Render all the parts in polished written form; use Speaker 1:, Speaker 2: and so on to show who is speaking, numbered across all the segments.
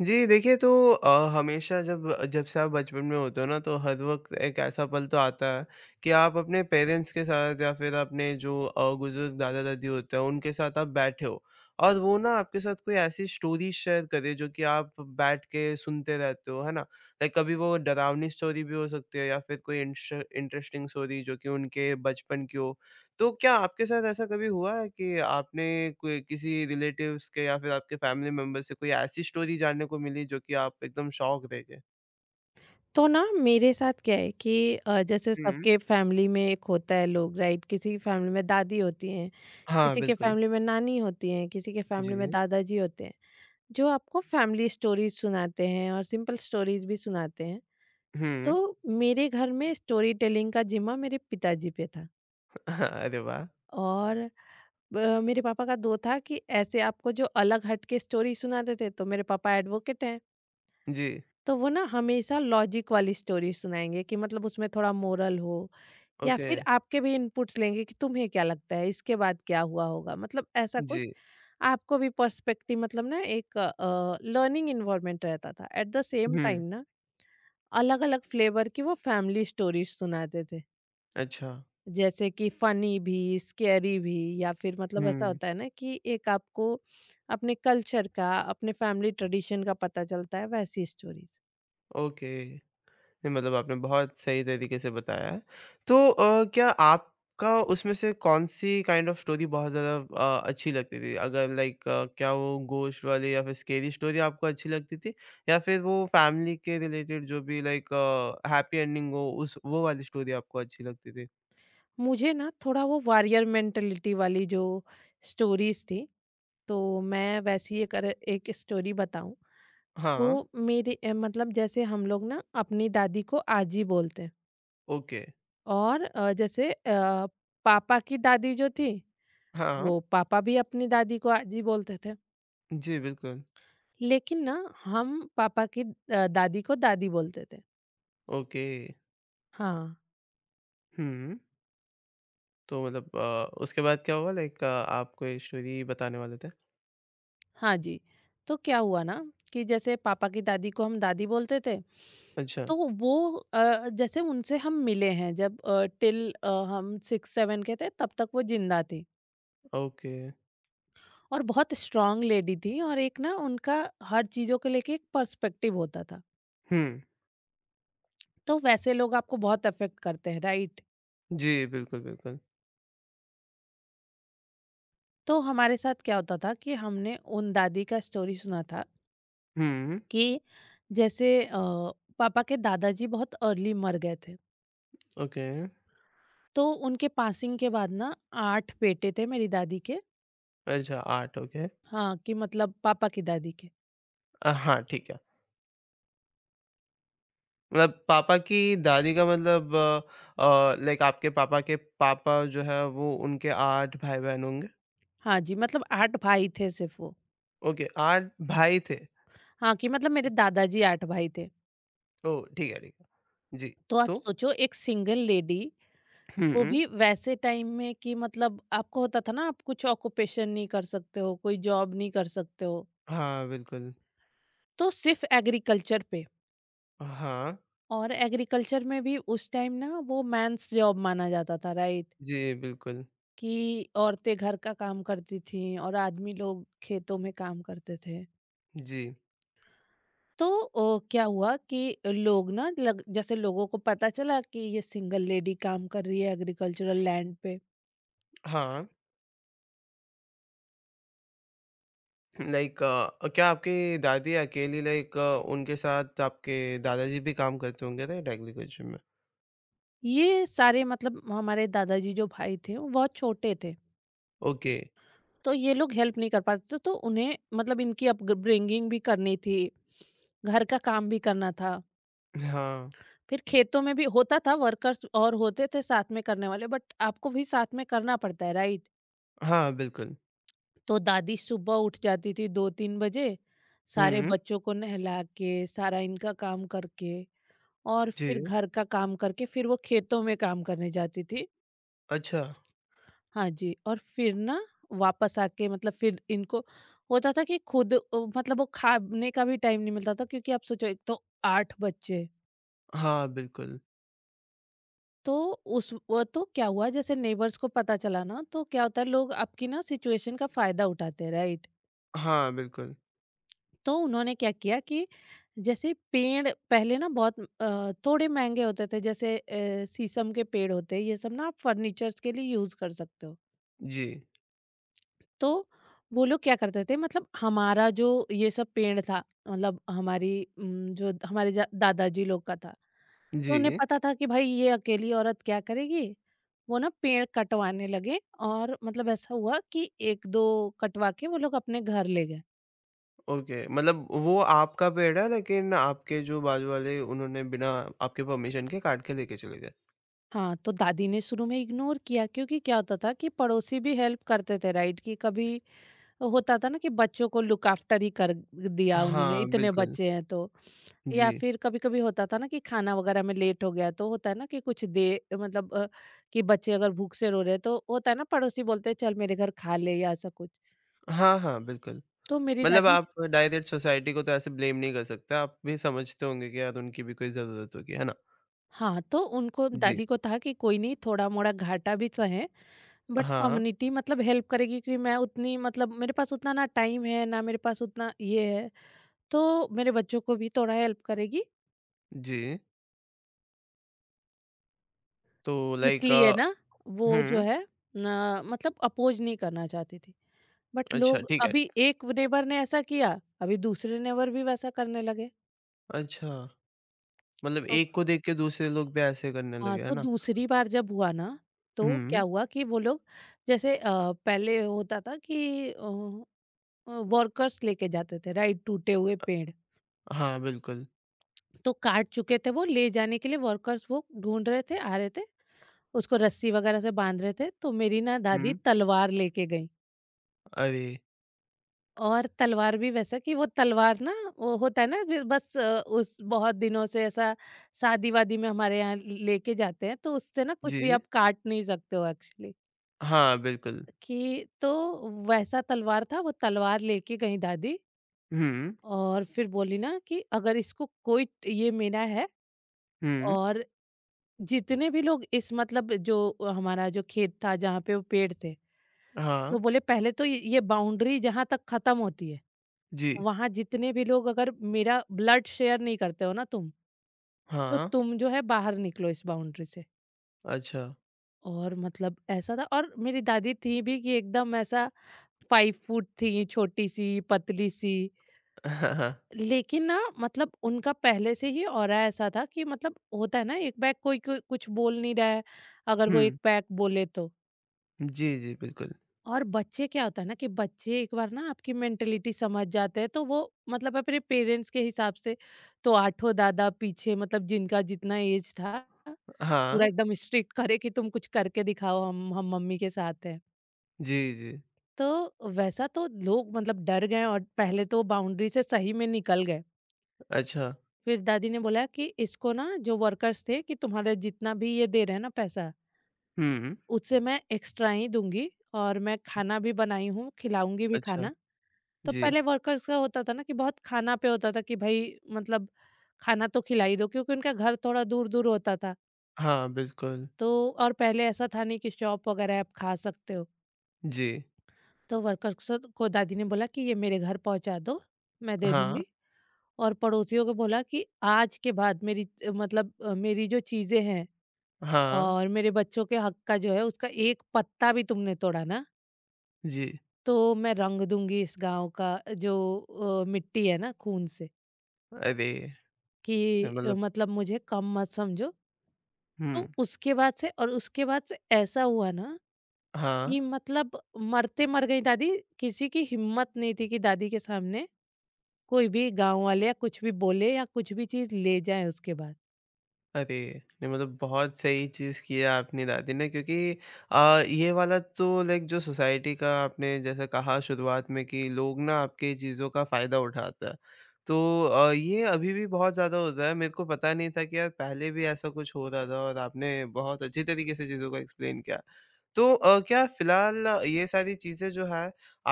Speaker 1: जी, देखिए तो हमेशा जब जब से आप बचपन में होते हो ना तो हर वक़्त एक ऐसा पल तो आता है कि आप अपने पेरेंट्स के साथ या फिर अपने जो बुज़ुर्ग दादा-दादी होते हैं उनके साथ आप बैठे हो। और वो ना आपके साथ कोई ऐसी स्टोरी शेयर करे जो कि आप बैठ के सुनते रहते हो, है ना? लाइक कभी वो डरावनी स्टोरी भी हो सकती है या फिर कोई इंश इंटरेस्टिंग स्टोरी जो कि उनके बचपन की हो। तो क्या आपके साथ ऐसा कभी हुआ है कि आपने कोई किसी रिलेटिव्स के या फिर आपके फैमिली मेंबर से कोई ऐसी स्टोरी जानने को मिली जो कि आप एकदम शॉक रह गए?
Speaker 2: तो ना मेरे साथ क्या है कि जैसे
Speaker 1: हुँ।
Speaker 2: सबके फैमिली में एक होता है लोग, राइट? किसी की फैमिली में दादी होती हैं,
Speaker 1: हाँ,
Speaker 2: किसी के
Speaker 1: बिल्कुल।
Speaker 2: फैमिली में नानी होती हैं, किसी के फैमिली में
Speaker 1: जी।
Speaker 2: दादाजी होते हैं जो आपको फैमिली स्टोरीज सुनाते हैं और सिंपल स्टोरीज भी सुनाते हैं।
Speaker 1: हुँ।
Speaker 2: तो मेरे घर में स्टोरी टेलिंग का जिम्मा मेरे पिताजी पे था।
Speaker 1: अरे वाह!
Speaker 2: और मेरे पापा का दो था कि ऐसे आपको जो अलग हट के स्टोरी सुनाते थे, तो मेरे पापा एडवोकेट हैं,
Speaker 1: जी।
Speaker 2: तो वो ना हमेशा लॉजिक वाली स्टोरी सुनाएंगे कि मतलब उसमें थोड़ा मोरल हो, या
Speaker 1: ओके।
Speaker 2: फिर आपके भी इनपुट्स लेंगे कि तुम्हें क्या लगता है इसके बाद क्या हुआ होगा, मतलब ऐसा कुछ
Speaker 1: जी।
Speaker 2: आपको भी पर्सपेक्टिव, मतलब ना एक लर्निंग इन्वायरमेंट रहता था एट द सेम टाइम
Speaker 1: हुँ।
Speaker 2: ना। अलग अलग फ्लेवर की वो फैमिली स्टोरीज सुनाते थे,
Speaker 1: अच्छा।
Speaker 2: जैसे कि फनी भी, स्केरी भी। या फिर मतलब ऐसा
Speaker 1: हुँ।
Speaker 2: होता है ना कि एक आपको अपने कल्चर का, अपने फैमिली ट्रेडिशन का पता चलता है वैसी स्टोरीज।
Speaker 1: ओके। नहीं, मतलब आपने बहुत सही तरीके से बताया है। तो क्या आपका उसमें से कौन-सी काइंड ऑफ स्टोरी बहुत ज़्यादा अच्छी लगती थी? अगर लाइक क्या वो घोस्ट वाली या फिर स्केरी स्टोरी आपको अच्छी लगती थी? या फिर वो फैमिली के रिलेटेड जो भी लाइक हैप्पी एंडिंग हो उस वो वाली स्टोरी आपको अच्छी लगती थी?
Speaker 2: मुझे ना थोड़ा वो वॉरियर मेंटेलिटी वाली जो स्टोरीज थी, तो मैं वैसी एक एक स्टोरी बताऊं।
Speaker 1: हाँ,
Speaker 2: तो मेरे मतलब जैसे हम लोग ना अपनी दादी को आजी बोलते हैं,
Speaker 1: ओके।
Speaker 2: और जैसे पापा की दादी जो थी
Speaker 1: हाँ,
Speaker 2: वो पापा भी अपनी दादी को आजी बोलते थे।
Speaker 1: जी बिल्कुल।
Speaker 2: लेकिन ना हम पापा की दादी को दादी बोलते थे।
Speaker 1: ओके।
Speaker 2: हाँ।
Speaker 1: हुँ। तो मतलब उसके बाद क्या हुआ लाइक आप कोई स्टोरी बताने वाले थे?
Speaker 2: हाँ जी, तो क्या हुआ ना कि जैसे पापा की दादी को हम दादी बोलते थे,
Speaker 1: अच्छा,
Speaker 2: तो वो जैसे उनसे हम मिले हैं जब टिल हम 6-7 के थे तब तक वो ज़िंदा थी।
Speaker 1: ओके।
Speaker 2: और बहुत स्ट्रॉन्ग लेडी थी, और एक ना उनका हर चीज़ों को लेके एक पर्सपेक्टिव होता था।
Speaker 1: हुँ।
Speaker 2: तो वैसे लोग आपको बहुत अफ़ेक्ट करते हैं, राइट?
Speaker 1: जी, बिल्कुल, बिल्कुल।
Speaker 2: तो हमारे साथ क्या होता था कि हमने उन दादी का स्टोरी सुना था
Speaker 1: हुँ,
Speaker 2: कि जैसे पापा के दादाजी बहुत अर्ली मर गए थे।
Speaker 1: ओके।
Speaker 2: तो उनके पासिंग के बाद ना 8 बेटे थे मेरी दादी के।
Speaker 1: अच्छा 8 ओके।
Speaker 2: हाँ, कि मतलब पापा की दादी के।
Speaker 1: अ, हाँ, ठीक है। मतलब पापा की दादी का मतलब लाइक आपके पापा के पापा जो है वो उनके 8 भाई-बहन होंगे?
Speaker 2: हाँ जी, मतलब 8 भाई थे सिर्फ़ वो।
Speaker 1: ओके, 8 भाई थे?
Speaker 2: हाँ, कि मतलब मेरे दादाजी 8 भाई थे।
Speaker 1: ओह! ठीक है, ठीक है। जी,
Speaker 2: तो आप
Speaker 1: तो?
Speaker 2: सोचो एक सिंगल लेडी,
Speaker 1: हुँ,
Speaker 2: वो
Speaker 1: हुँ।
Speaker 2: भी वैसे टाइम में कि मतलब आपको होता था ना आप कुछ ऑक्यूपेशन नहीं कर सकते हो, कोई जॉब नहीं कर सकते हो,
Speaker 1: हाँ, बिल्कुल।
Speaker 2: तो सिर्फ़ एग्रीकल्चर पे।
Speaker 1: हाँ,
Speaker 2: और एग्रीकल्चर में भी उस टाइम ना वो मेन्स जॉब माना जाता था, राइट?
Speaker 1: जी, बिल्कुल।
Speaker 2: कि औरतें घर का काम करती थीं और आदमी लोग खेतों में काम करते थे।
Speaker 1: जी,
Speaker 2: तो क्या हुआ कि लोग ना लग जैसे लोगों को पता चला कि ये सिंगल लेडी काम कर रही है एग्रीकल्चरल लैंड पे।
Speaker 1: हाँ। लाइक क्या आपकी दादी अकेली लाइक उनके साथ आपके दादाजी भी काम करते होंगे राइट एग्रीकल्चर में?
Speaker 2: ये सारे मतलब हमारे दादाजी जो भाई थे वो बहुत छोटे थे,
Speaker 1: ओके,
Speaker 2: तो ये लोग हेल्प नहीं कर पाते थे, तो उन्हें मतलब इनकी अपब्रिंगिंग भी करनी थी, घर का काम भी करना था।
Speaker 1: हाँ।
Speaker 2: फिर खेतों में भी होता था वर्कर्स और होते थे साथ में करने वाले, बट आपको भी साथ में करना पड़ता है, राइट?
Speaker 1: हाँ, बिल्कुल।
Speaker 2: तो दादी सुबह उठ जाती थी 2-3 बजे, सारे
Speaker 1: हुँ,
Speaker 2: बच्चों को नहला के, सारा इनका काम करके और
Speaker 1: जी।
Speaker 2: फिर घर का काम करके फिर वो खेतों में काम करने जाती थी।
Speaker 1: अच्छा,
Speaker 2: हाँ जी, और फिर ना वापस आके मतलब फिर इनको होता था कि खुद मतलब वो खाने का भी टाइम नहीं मिलता था क्योंकि आप सोचो एक तो 8 बच्चे।
Speaker 1: हाँ, बिल्कुल।
Speaker 2: तो उस वो तो क्या हुआ जैसे नेबर्स को पता चला ना, तो क्या होता है लोग आपकी ना सिचुएशन का फ़ायदा उठाते हैं, राइट?
Speaker 1: हाँ, बिल्कुल।
Speaker 2: तो उन्होंने क्या किया कि जैसे पेड़ पहले ना बहुत थोड़े महंगे होते थे, जैसे शीशम के पेड़ होते हैं ये सब ना, आप फर्नीचर्स के लिए यूज कर सकते हो।
Speaker 1: जी,
Speaker 2: तो वो लोग क्या करते थे, मतलब हमारा जो ये सब पेड़ था, मतलब हमारी जो हमारे दादाजी लोग का था, तो उन्हें
Speaker 1: जी,
Speaker 2: पता था कि भाई ये अकेली औरत क्या करेगी। वो ना पेड़ कटवाने लगे, और मतलब ऐसा हुआ कि एक दो कटवा के वो लोग अपने घर ले गए।
Speaker 1: ओके। मतलब वो आपका पेड़ है लेकिन आपके जो बाजू वाले उन्होंने बिना आपके परमिशन के काट के लेके चले गए।
Speaker 2: हाँ, तो दादी ने शुरू में इग्नोर किया क्योंकि क्या होता था कि पड़ोसी भी हेल्प करते थे, राइट? कि कभी होता था ना कि बच्चों को लुक आफ्टर ही कर दिया उन्होंने,
Speaker 1: हाँ,
Speaker 2: इतने
Speaker 1: बिल्कुल।
Speaker 2: बच्चे हैं तो।
Speaker 1: जी।
Speaker 2: या फिर कभी कभी होता था ना कि खाना वगैरह में लेट हो गया, तो होता है ना कि कुछ दे, मतलब कि बच्चे अगर भूख से रो रहे हैं, तो होता है ना पड़ोसी बोलते हैं चल मेरे घर खा ले या ऐसा कुछ।
Speaker 1: हाँ, हाँ, बिल्कुल।
Speaker 2: तो मेरी
Speaker 1: मतलब
Speaker 2: दादी,
Speaker 1: आप डायरेक्ट सोसाइटी को तो ऐसे ब्लेम नहीं कर सकते, आप भी समझते होंगे कि यार उनकी भी कोई ज़रूरत होगी, है ना?
Speaker 2: हाँ, तो उनको
Speaker 1: जी।
Speaker 2: दादी को था कि कोई नहीं थोड़ा मोड़ा घाटा भी सहे, बट
Speaker 1: हाँ,
Speaker 2: कम्युनिटी मतलब हेल्प करेगी कि मैं उतनी मतलब मेरे पास उतना ना टाइम है, ना मेरे पास उतना ये है, तो मेरे बच्चों को भी थोड़ा हेल्प करेगी।
Speaker 1: जी। तो लाइक
Speaker 2: इसलिए ना वो जो
Speaker 1: हुँ,
Speaker 2: है ना, मतलब अपोज नहीं करना चाहती थी। बट
Speaker 1: अच्छा
Speaker 2: लोग
Speaker 1: ठीक है,
Speaker 2: अभी
Speaker 1: ठीक है।
Speaker 2: एक नेबर ने ऐसा किया, अभी दूसरे नेबर भी वैसा करने लगे।
Speaker 1: अच्छा। मतलब
Speaker 2: तो
Speaker 1: एक को देख के दूसरे लोग भी ऐसे करने
Speaker 2: हाँ,
Speaker 1: लगे, है
Speaker 2: तो
Speaker 1: ना?
Speaker 2: दूसरी बार जब हुआ ना, तो क्या
Speaker 1: हुँ।
Speaker 2: हुआ कि वो लोग जैसे पहले होता था कि वर्कर्स लेके जाते थे, राइट? टूटे हुए पेड़
Speaker 1: हाँ, बिल्कुल।
Speaker 2: तो काट चुके थे, वो ले जाने के लिए वर्कर्स वो ढूंढ रहे थे, आ रहे थे, उसको रस्सी वगैरह से बांध रहे थे, तो मेरी ना दादी
Speaker 1: हुँ।
Speaker 2: तलवार लेके गई।
Speaker 1: अरे!
Speaker 2: और तलवार भी वैसा कि वो तलवार ना, वो होता है ना बस उस बहुत दिनों से ऐसा शादी वादी में हमारे यहाँ लेके जाते हैं तो उससे ना कुछ भी
Speaker 1: जी।
Speaker 2: आप काट नहीं सकते हो एक्चुअली।
Speaker 1: हाँ, बिल्कुल।
Speaker 2: कि तो वैसा तलवार था, वो तलवार लेके गई दादी,
Speaker 1: हुँ,
Speaker 2: और फिर बोली ना कि अगर इसको कोई, ये मेरा है,
Speaker 1: हुँ।
Speaker 2: और जितने भी लोग इस मतलब जो हमारा जो खेत था जहाँ पे वो पेड़ थे,
Speaker 1: हाँ,
Speaker 2: तो बोले पहले तो ये बाउंड्री जहाँ तक खत्म होती है,
Speaker 1: जी।
Speaker 2: वहाँ जितने भी लोग अगर मेरा ब्लड शेयर नहीं करते हो ना तुम, तो
Speaker 1: हाँ,
Speaker 2: तुम जो है बाहर निकलो इस बाउंड्री से।
Speaker 1: अच्छा।
Speaker 2: और मतलब ऐसा था, और मेरी दादी थी भी कि एकदम ऐसा 5 फुट थी, छोटी-सी, पतली-सी। लेकिन ना मतलब उनका पहले से ही ऑरा ऐसा था कि मतलब होता है ना एक बैग कोई कोई कुछ बोल नहीं रहा है, अगर वो
Speaker 1: हुँ।
Speaker 2: एक बैग बोले तो।
Speaker 1: जी, जी, बिल्कुल।
Speaker 2: और बच्चे क्या होता है ना कि बच्चे एक बार ना आपकी मेंटेलिटी समझ जाते हैं तो वो मतलब अपने पेरेंट्स के हिसाब से, तो आठों दादा पीछे मतलब जिनका जितना एज था पूरा
Speaker 1: हाँ,
Speaker 2: एकदम स्ट्रिक्ट करे कि तुम कुछ करके दिखाओ, हम मम्मी के साथ हैं।
Speaker 1: जी, जी।
Speaker 2: तो वैसा तो लोग मतलब डर गए और पहले तो बाउंड्री से सही में निकल गए।
Speaker 1: अच्छा।
Speaker 2: फिर दादी ने बोला कि इसको ना जो वर्कर्स थे कि तुम्हारे जितना भी ये दे रहे हैं ना पैसा,
Speaker 1: हुँ,
Speaker 2: उससे मैं एक्स्ट्रा ही दूंगी, और मैं खाना भी बनाई हूँ, खिलाऊंगी भी
Speaker 1: अच्छा।
Speaker 2: खाना। तो
Speaker 1: जी।
Speaker 2: पहले वर्कर्स का होता था ना कि बहुत खाना पे होता था कि भाई मतलब खाना तो खिला ही दो क्योंकि उनका घर थोड़ा दूर दूर होता था,
Speaker 1: हाँ, बिल्कुल।
Speaker 2: तो और पहले ऐसा था नहीं कि शॉप वगैरह आप खा सकते हो।
Speaker 1: जी।
Speaker 2: तो वर्कर्स को दादी ने बोला कि ये मेरे घर पहुंचा दो, मैं दे
Speaker 1: हाँ,
Speaker 2: दूंगी। और पड़ोसियों को बोला कि आज के बाद मेरी मतलब मेरी जो चीजें हैं
Speaker 1: हाँ,
Speaker 2: और मेरे बच्चों के हक का जो है, उसका एक पत्ता भी तुमने तोड़ा ना,
Speaker 1: जी।
Speaker 2: तो मैं रंग दूंगी इस गांव का जो मिट्टी है ना, खून से।
Speaker 1: अरे!
Speaker 2: कि
Speaker 1: मतलब
Speaker 2: मतलब मुझे कम मत समझो।
Speaker 1: हुँ,
Speaker 2: तो उसके बाद से ऐसा हुआ ना
Speaker 1: हाँ।
Speaker 2: कि मतलब मरते मर गई दादी, किसी की हिम्मत नहीं थी कि दादी के सामने कोई भी गाँव वाले या कुछ भी बोले या कुछ भी चीज़ ले जाए उसके बाद।
Speaker 1: अरे! नहीं मतलब बहुत सही चीज़ की है आपने दादी ने क्योंकि ये वाला तो लाइक जो सोसाइटी का आपने जैसे कहा शुरुआत में कि लोग ना आपकी चीज़ों का फ़ायदा उठाता है। तो ये अभी भी बहुत ज़्यादा होता है। मेरे को पता नहीं था कि यार पहले भी ऐसा कुछ हो रहा था और आपने बहुत अच्छी तरीके से चीज़ों को एक्सप्लेन किया। तो क्या फ़िलहाल ये सारी चीज़ें जो है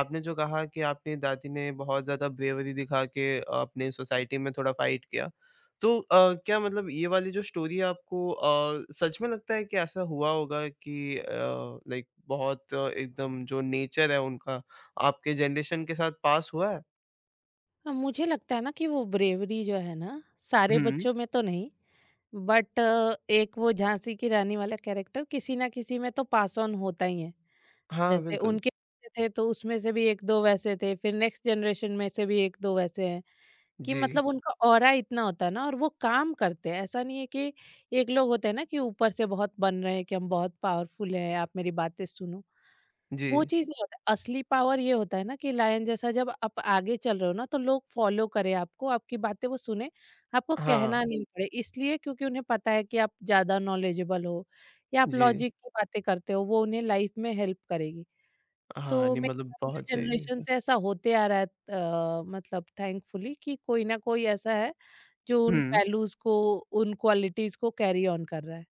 Speaker 1: आपने जो कहा कि आपने दादी ने बहुत ज़्यादा ब्रेवरी दिखा के अपने सोसाइटी में थोड़ा फ़ाइट किया। तो क्या मतलब ये वाली जो स्टोरी है आपको सच में लगता है कि ऐसा हुआ होगा कि लाइक बहुत एकदम जो नेचर है उनका आपके जनरेशन के साथ पास हुआ है?
Speaker 2: मुझे लगता है ना कि वो ब्रेवरी जो है ना, सारे
Speaker 1: हुँ।
Speaker 2: बच्चों में तो नहीं, बट एक वो झांसी की रानी वाला कैरेक्टर किसी ना किसी में तो पास ऑन होता ही है।
Speaker 1: हाँ,
Speaker 2: जैसे
Speaker 1: बिल्कुल।
Speaker 2: उनके बच्चे थे तो उसमें से भी 1-2 वैसे थे, फिर नेक्स्ट जनरेशन में से भी 1-2 वैसे हैं। कि
Speaker 1: जी,
Speaker 2: मतलब उनका ऑरा इतना होता है ना, और वो काम करते हैं। ऐसा नहीं है कि एक लोग होते हैं ना कि ऊपर से बहुत बन रहे हैं कि हम बहुत पावरफुल हैं, आप मेरी बातें सुनो।
Speaker 1: जी।
Speaker 2: वो चीज़ नहीं होता। असली पावर ये होता है ना कि लायन जैसा जब आप आगे चल रहे हो ना तो लोग फॉलो करें आपको, आपकी बातें वो सुने, आपको
Speaker 1: हाँ,
Speaker 2: कहना नहीं पड़े। इसलिए क्योंकि उन्हें पता है कि आप ज़्यादा नॉलेजेबल हो या आप
Speaker 1: जी।
Speaker 2: लॉजिक की बातें करते हो, वो उन्हें लाइफ में हेल्प करेगी।
Speaker 1: हाँ,
Speaker 2: तो
Speaker 1: नहीं
Speaker 2: मेरे
Speaker 1: मतलब
Speaker 2: ख्याल में
Speaker 1: बहुत सही चीज़
Speaker 2: जनरेशन
Speaker 1: है।
Speaker 2: से ऐसा होते आ रहा है, मतलब थैंकफुली, कि कोई ना कोई ऐसा है जो उन
Speaker 1: हुँ।
Speaker 2: वैल्यूज़ को, उन क्वालिटीज़ को कैरी ऑन कर रहा है।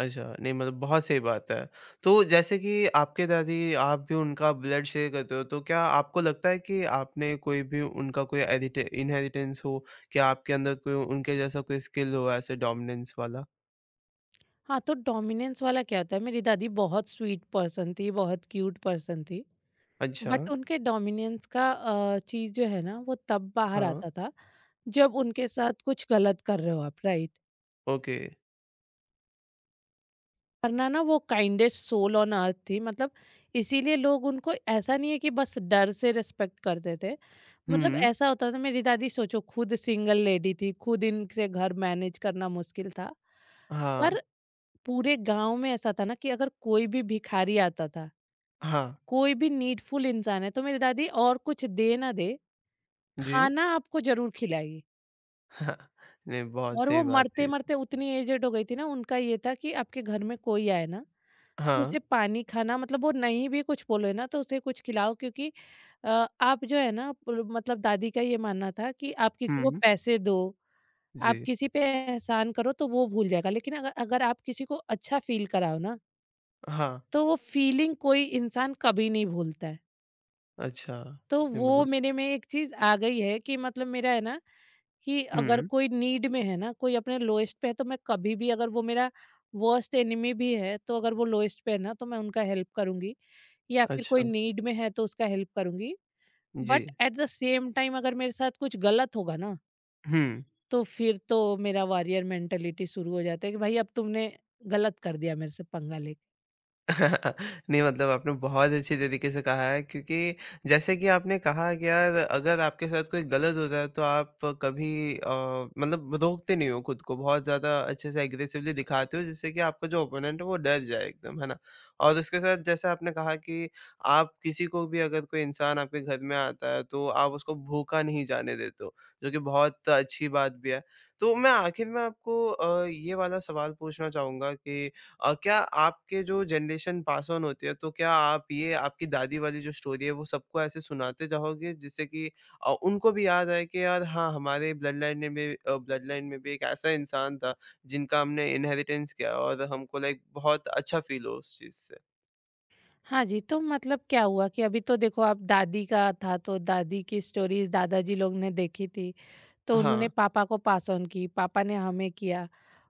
Speaker 1: अच्छा, नहीं मतलब बहुत सही बात है। तो जैसे कि आपके दादी आप भी उनका ब्लड शेयर करते हो, तो क्या आपको लगता है कि आपने कोई भी उनका कोई एडिटे इनहेरिटेंस हो? क्या आपके अंदर कोई उनके जैसा कोई स्किल हो ऐसे डोमिनेंस वाला?
Speaker 2: हाँ, तो डोमिनेंस वाला क्या होता है, मेरी दादी बहुत स्वीट पर्सन थी, बहुत क्यूट पर्सन थी,
Speaker 1: अच्छा,
Speaker 2: बट उनके डोमिनेंस का चीज़ जो है ना, वो तब बाहर
Speaker 1: हाँ,
Speaker 2: आता था जब उनके साथ कुछ गलत कर रहे हो आप, राइट?
Speaker 1: ओके।
Speaker 2: वरना ना वो काइंडेस्ट सोल ऑन अर्थ थी, मतलब इसीलिए लोग उनको, ऐसा नहीं है कि बस डर से रिस्पेक्ट करते थे। मतलब
Speaker 1: हुँ,
Speaker 2: ऐसा होता था, मेरी दादी सोचो खुद सिंगल लेडी थी, खुद इनसे घर मैनेज करना मुश्किल था।
Speaker 1: हाँ,
Speaker 2: पर पूरे गाँव में ऐसा था ना कि अगर कोई भी भिखारी आता था,
Speaker 1: हाँ,
Speaker 2: कोई भी नीडफुल इंसान है, तो मेरी दादी और कुछ दे ना दे,
Speaker 1: जी।
Speaker 2: खाना आपको ज़रूर खिलाएगी।
Speaker 1: हाँ, नहीं बहुत
Speaker 2: और
Speaker 1: सही
Speaker 2: वो
Speaker 1: बात है।
Speaker 2: मरते-मरते उतनी एजेड हो गई थी ना, उनका ये था कि आपके घर में कोई आए ना, तो
Speaker 1: हाँ,
Speaker 2: उसे पानी, खाना, मतलब वो नहीं भी कुछ बोले ना तो उसे कुछ खिलाओ क्योंकि अ, आप जो है ना पुल, मतलब दादी का ये मानना था कि आप किसी को
Speaker 1: हुँ,
Speaker 2: पैसे दो, आप
Speaker 1: जी,
Speaker 2: किसी पे एहसान करो तो वो भूल जाएगा। लेकिन अगर अगर आप किसी को अच्छा फ़ील कराओ ना,
Speaker 1: हाँ,
Speaker 2: तो वो फीलिंग कोई इंसान कभी नहीं भूलता है।
Speaker 1: अच्छा,
Speaker 2: तो
Speaker 1: नहीं
Speaker 2: वो
Speaker 1: मतलब
Speaker 2: मेरे में एक चीज़ आ गई है कि मतलब मेरा है ना कि अगर
Speaker 1: हुँ,
Speaker 2: कोई नीड में है ना, कोई अपने लोएस्ट पे है, तो मैं कभी भी, अगर वो मेरा वर्स्ट एनिमी भी है, तो अगर वो लोएस्ट पे है ना, तो मैं उनका हेल्प करूँगी, या फिर
Speaker 1: अच्छा,
Speaker 2: कोई नीड में है, तो उसका हेल्प करूँगी।
Speaker 1: जी,
Speaker 2: but at the same time अगर मेरे साथ कुछ गलत होगा ना,
Speaker 1: हुँ।
Speaker 2: तो फिर तो मेरा वॉरियर मेंटालिटी शुरू हो जाता है कि भाई अब तुमने गलत कर दिया, मेरे से पंगा ले।
Speaker 1: नहीं मतलब आपने बहुत अच्छी तरीके से कहा है क्योंकि जैसे कि आपने कहा कि यार अगर आपके साथ कोई गलत होता है तो आप कभी अ, मतलब रोकते नहीं हो खुद को बहुत ज़्यादा अच्छे से एग्रेसिवली दिखाते हो जिससे कि आपका जो ओपोनेंट है वो डर जाए एकदम है ना और उसके साथ जैसे आपने कहा कि आप किसी को भी अगर कोई इंसान आपके घर में आता है तो आप उसको भूखा नहीं जाने देते हो जो कि बहुत अच्छी बात भी है तो मैं आखिर में आपको ये वाला सवाल पूछना चाहूंगा कि क्या आपके जो जनरेशन पास ऑन होती है, तो क्या आप ये आपकी दादी वाली जो स्टोरी है, वो सबको ऐसे सुनाते जाओगे जिससे कि उनको भी याद आए कि यार हाँ, हमारे ब्लड लाइन ने भी ब्लड लाइन में भी एक ऐसा इंसान था, जिनका हमने इनहेरिटेंस किया और हमको लाइक बहुत अच्छा फ़ील हो उस चीज़ से।
Speaker 2: हाँ जी, तो मतलब क्या हुआ कि अभी तो देखो आप, दादी का था तो दादी की स्टोरीज़ दादाजी लोग ने देखी थी, तो उन्होंने
Speaker 1: हाँ,
Speaker 2: पापा को पास ऑन की, पापा ने हमें किया।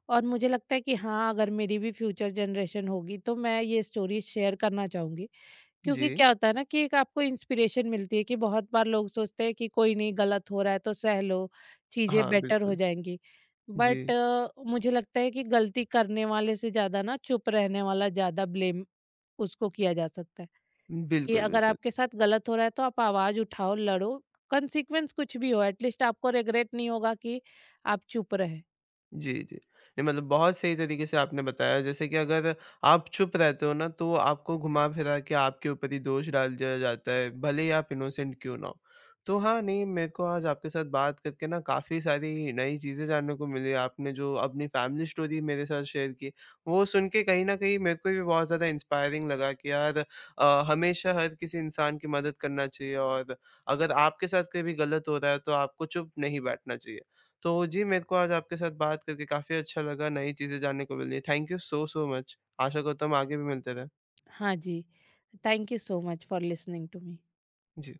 Speaker 2: और मुझे लगता है कि हाँ, अगर मेरी भी फ्यूचर जनरेशन होगी तो मैं ये स्टोरीज़ शेयर करना चाहूँगी।
Speaker 1: जी।
Speaker 2: क्योंकि क्या होता है ना कि एक आपको इंस्पिरेशन मिलती है कि बहुत बार लोग सोचते हैं कि कोई नहीं, गलत हो रहा है तो सह लो, चीज़ें
Speaker 1: हाँ,
Speaker 2: बेटर हो
Speaker 1: बिल्कुल।
Speaker 2: जाएँगी।
Speaker 1: जी।
Speaker 2: बट मुझे लगता है कि गलती करने वाले से ज़्यादा ना चुप रहने वाला ज़्यादा ब्लेम उसको किया जा सकता है। कि
Speaker 1: बिल्कुल,
Speaker 2: अगर
Speaker 1: बिल्कुल।
Speaker 2: आपके साथ गलत हो रहा है तो आप आवाज उठाओ, लड़ो, कंसीक्वेंस कुछ भी हो, एटलीस्ट आपको रिग्रेट नहीं होगा कि आप चुप रहे।
Speaker 1: जी, जी। नहीं मतलब बहुत सही तरीके से आपने बताया जैसे कि अगर आप चुप रहते हो ना तो आपको घुमा-फिरा के आपके ऊपर ही दोष डाल दिया जाता है, भले ही आप इनोसेंट क्यों ना हो। तो हाँ, नहीं मेरे को आज आपके साथ बात करके ना काफ़ी सारी नई चीज़ें जानने को मिली। आपने जो अपनी फैमिली स्टोरी मेरे साथ शेयर की, वो सुन के कहीं न कहीं मेरे को भी बहुत ज़्यादा इंस्पायरिंग लगा कि यार हमेशा हर किसी इंसान की मदद करना चाहिए और अगर आपके साथ कोई भी गलत हो रहा है तो आपको चुप नहीं बैठना चाहिए। तो जी, मेरे को आज आपके साथ बात करके काफ़ी अच्छा लगा, नई चीज़ें जानने को मिली। Thank you so much. आशा करता हूँ हम आगे भी मिलते रहें।
Speaker 2: हाँ जी, thank you so much for listening to me.
Speaker 1: Ji.